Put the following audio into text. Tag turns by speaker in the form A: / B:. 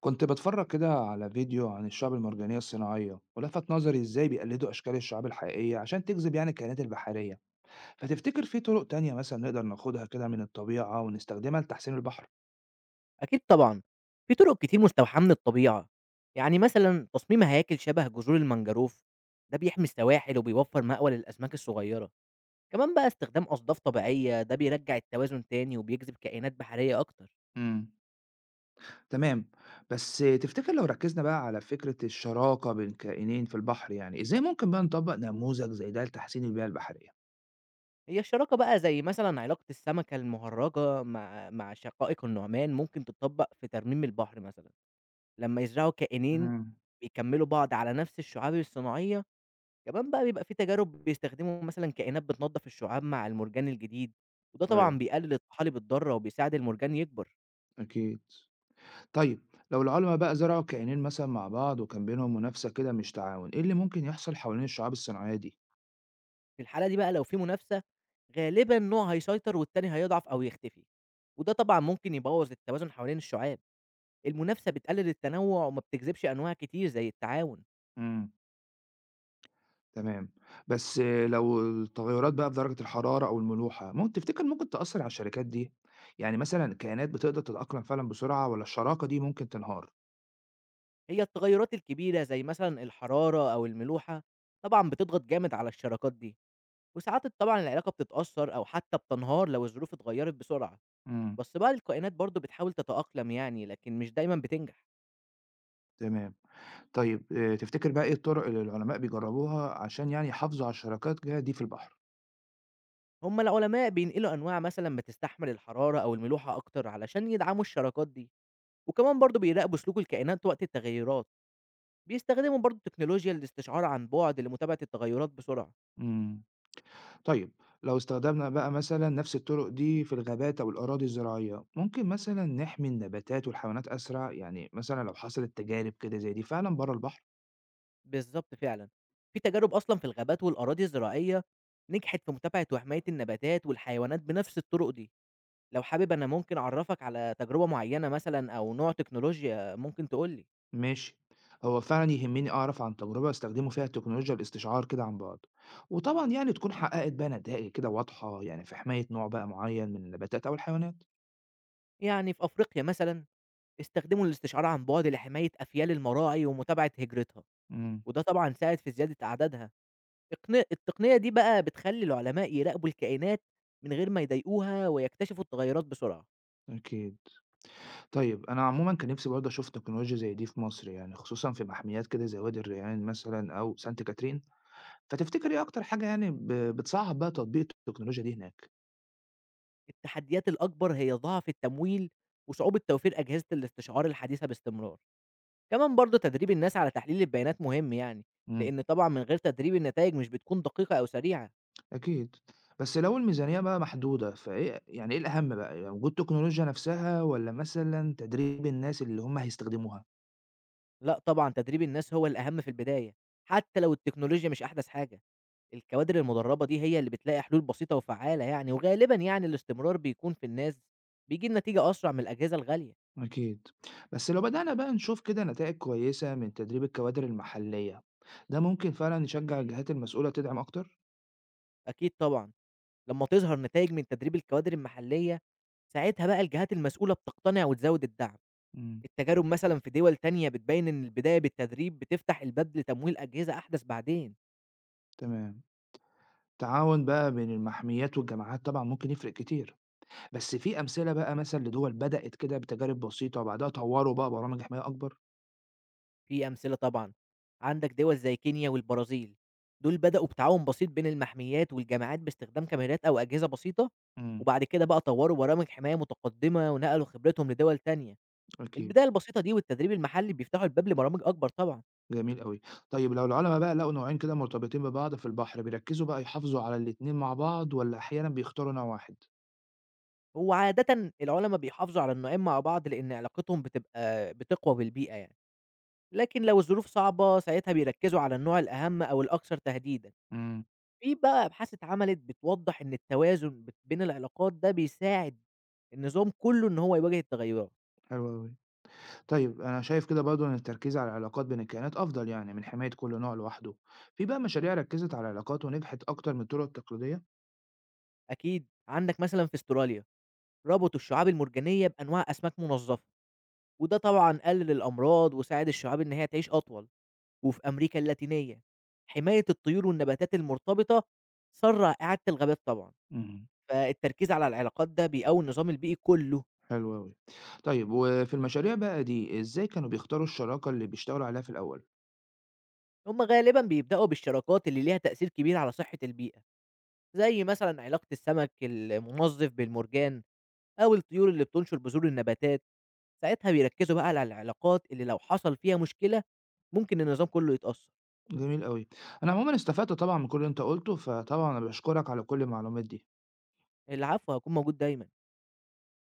A: كنت بتفرج كده على فيديو عن الشعب المرجانية الصناعية ولفت نظري ازاي بيقلدوا أشكال الشعاب الحقيقية عشان تجذب يعني الكائنات البحرية. فتفتكر في طرق تانية مثلا نقدر ناخدها كده من الطبيعة ونستخدمها لتحسين البحر؟
B: أكيد طبعًا، في طُرق كتير مستوحاة من الطبيعة، يعني مثلًا تصميم هياكل شبه جذور المنجروف، ده بيحمي السواحل وبيوفّر مأوى للأسماك الصغيّرة، كمان بقى استخدام أصداف طبيعية ده بيرجّع التوازن تاني وبيجذب كائنات بحرية أكتر،
A: امم تمام. بس تفتكر لو ركزنا بقى على فكرة الشراكة بين كائنين في البحر، يعني ازاي ممكن بقى نطبق نموذج زي ده لتحسين البيئة البحرية؟
B: هي الشراكة بقى زي مثلًا علاقة السمكة المهرّجة مع شقائق النعمان ممكن تتطبّق في ترميم البحر مثلًا، لمّا يزرعوا كائنين
A: امم.
B: بيكمّلوا بعض على نفس الشعاب الصناعية كمان بقى بيبقى في تجارب بيستخدموا مثلًا كائنات بتنضف الشعاب مع المرجان الجديد، وده طبعًا
A: ايوه
B: بيقلل الطحالب الضارة وبيساعد المرجان يكبر.
A: اكيد. طيب لو العلماء بقى زرعوا كائنين مثلا مع بعض وكان بينهم منافسة كده مش تعاون، ايه اللي ممكن يحصل حوالين الشعاب الصناعية دي؟
B: في الحالة دي بقى لو في منافسة، غالبًا نوع هيسيطر والتاني هيضعف أو يختفي، وده طبعًا ممكن يبوظ التوازن حوالين الشعاب. المنافسة بتقلل التنوع وما بتجذبش أنواع كتير زي التعاون.
A: إمم، تمام. بس لو التغيُّرات بقى في درجة الحرارة أو الملوحة، تفتكر ممكن تأثّر على الشركات دي؟ يعني مثلًا الكائنات بتقدر تتأقلم فعلًا بسرعة والّا الشراكة دي ممكن تنهار؟
B: هي التغيرات الكبيرة زي مثلًا الحرارة أو الملوحة طبعًا بتضغط جامد على الشراكات دي، وساعات طبعًا العلاقة بتتأثر أو حتى بتنهار لو الظروف اتغيرت بسرعة.
A: إمم،
B: بس بقى الكائنات برضه بتحاول تتأقلم يعني لكن مش دايما بتنجح.
A: تمام. طيب تفتكر بقى إيه الطُرق اللي العلماء بيجرّبوها عشان يعني يحافظوا على الشراكات دي في البحر؟
B: هما العلماء بينقلوا أنواع مثلا بتستحمل الحرارة أو الملوحة أكتر علشان يدعموا الشراكات دي، وكمان برضه بيراقبوا سلوك الكائنات وقت التغيرات، بيستخدموا برضه تكنولوجيا للاستشعار عن بعد لمتابعة التغيرات بسرعة.
A: إمم. طيب لو استخدمنا بقى مثلًا نفس الطُرق دي في الغابات أو الأراضي الزراعية، ممكن مثلًا نحمي النباتات والحيوانات أسرع؟ يعني مثلًا لو حصلت تجارب كده زي دي فعلًا برّه البحر؟
B: بالظبط فعلا، في تجارب أصلا في الغابات والأراضي الزراعية نجحت في متابعة وحماية النباتات والحيوانات بنفس الطرق دي. لو حابب أنا ممكن أعرفك على تجربة معينة مثلا أو نوع تكنولوجيا ممكن تقولي.
A: ماشي. هو فعلا يهمني اعرف عن تجربة استخدموا فيها التكنولوجيا الاستشعار كده عن بعد، وطبعا يعني تكون حققت بقى نتائج كده واضحة يعني في حماية نوع بقى معين من النباتات او الحيوانات.
B: يعني في أفريقيا مثلا استخدموا الاستشعار عن بُعد لحماية أفيال المراعي ومتابعة هجرتها،
A: امم.
B: وده طبعًا ساعد في زيادة أعدادها. اقن التقنية دي بقى بتخلّي العلماء يراقبوا الكائنات من غير ما يضايقوها ويكتشفوا التغيرات بسرعة.
A: اكيد. طيب انا عموما كان نفسي برضه اشوف تكنولوجيا زي دي في مصر، يعني خصوصا في محميات كده زي وادي الريان مثلا او سانت كاترين. فتفتكر ايه اكتر حاجة يعني بتصعب بقى تطبيق التكنولوجيا دي هناك؟
B: التحديات الأكبر هي ضعف التمويل وصعوبة توفير أجهزة الاستشعار الحديثة باستمرار. كمان برضه تدريب الناس على تحليل البيانات مهم يعني،
A: امم.
B: لإن طبعًا من غير تدريب النتايج مش بتكون دقيقة أو سريعة.
A: أكيد. بس لو الميزانية بقى محدودة، فإيه يعني إيه الأهم بقى، يعني وجود التكنولوجيا نفسها والّا مثلًا تدريب الناس اللي هم هيستخدموها؟
B: لأ طبعًا تدريب الناس هو الأهم في البداية، حتى لو التكنولوجيا مش أحدث حاجة. الكوادر المدرّبة دي هي اللي بتلاقي حلول بسيطة وفعّالة يعني، وغالبًا يعني الاستمرار بيكون في الناس بيجيب نتيجة أسرع من الأجهزة الغالية.
A: أكيد. بس لو بدأنا بقى نشوف كده نتائج كويسة من تدريب الكوادر المحلية، ده ممكن فعلًا يشجع الجهات المسؤولة تدعم أكتر؟
B: أكيد طبعًا، لمّا تظهر نتايج من تدريب الكوادر المحلية، ساعتها بقى الجهات المسؤولة بتقتنع وتزوّد الدعم.
A: إمم،
B: التجارب مثلًا في دول تانية بتبيّن إن البداية بالتدريب بتفتح الباب لتمويل أجهزة أحدث بعدين.
A: تمام. التعاون بقى بين المحميات والجامعات طبعًا ممكن يفرق كتير، بس في أمثلة بقى مثلًا لدول بدأت كده بتجارب بسيطة وبعدها طوروا بقى برامج حماية أكبر؟
B: في أمثلة طبعًا، عندك دول زي كينيا والبرازيل، دول بدأوا بتعاون بسيط بين المحميات والجامعات باستخدام كاميرات أو أجهزة بسيطة،
A: إمم،
B: وبعد كده بقى طوروا برامج حماية متقدمة ونقلوا خبرتهم لدول تانية،
A: أكيد.
B: البداية البسيطة دي والتدريب المحلي بيفتحوا الباب لبرامج أكبر طبعًا.
A: جميل أوي. طيب لو العُلَما بقى لقوا نوعين كده مرتبطين ببعض في البحر، بيركّزوا بقى يحافظوا على الاتنين مع بعض والّا أحيانًا بيختاروا نوع واحد؟
B: وعادةً العُلما بيحافظوا على النوعين مع بعض لإن علاقتهم بتبقى بتقوى بالبيئة يعني، لكن لو الظروف صعبة ساعتها بيركزوا على النوع الأهم أو الأكثر تهديدًا.
A: إمم،
B: في بقى أبحاث اتعملت بتوضّح إن التوازن بت بين العلاقات ده بيساعد النظام كلّه إن هو يواجه التغيرات.
A: حلو أوي. طيب أنا شايف كده برضه إن التركيز على العلاقات بين الكائنات أفضل يعني من حماية كل نوع لوحده. في بقى مشاريع ركّزت على العلاقات ونجحت أكتر من الطُرق التقليدية؟
B: أكيد عندك مثلًا في أستراليا ربطوا الشعاب المرجانية بأنواع أسماك منظفة، وده طبعًا قلل الأمراض وساعد الشعاب إن هي تعيش أطول، وفي أمريكا اللاتينية حماية الطيور والنباتات المرتبطة سرّع إعادة الغابات طبعًا،
A: إمم،
B: فالتركيز على العلاقات ده بيقوي النظام البيئي كلّه.
A: حلو أوي. طيب وفي المشاريع بقى دي، إزاي كانوا بيختاروا الشراكة اللي بيشتغلوا عليها في الأول؟
B: هُم غالبًا بيبدأوا بالشراكات اللي ليها تأثير كبير على صحة البيئة. زي مثلًا علاقة السمك المنظّف بالمرجان أو الطيور اللي بتنشر بذور النباتات، ساعتها بيركّزوا بقى على العلاقات اللي لو حصل فيها مشكلة ممكن النظام كُلّه يتأثّر.
A: جميل أوي. أنا عمومًا استفدت طبعًا من كل اللي أنت قُلته، فطبعًا أنا باشكرك على كل المعلومات دي.
B: العفو، هاكون موجود دايمًا.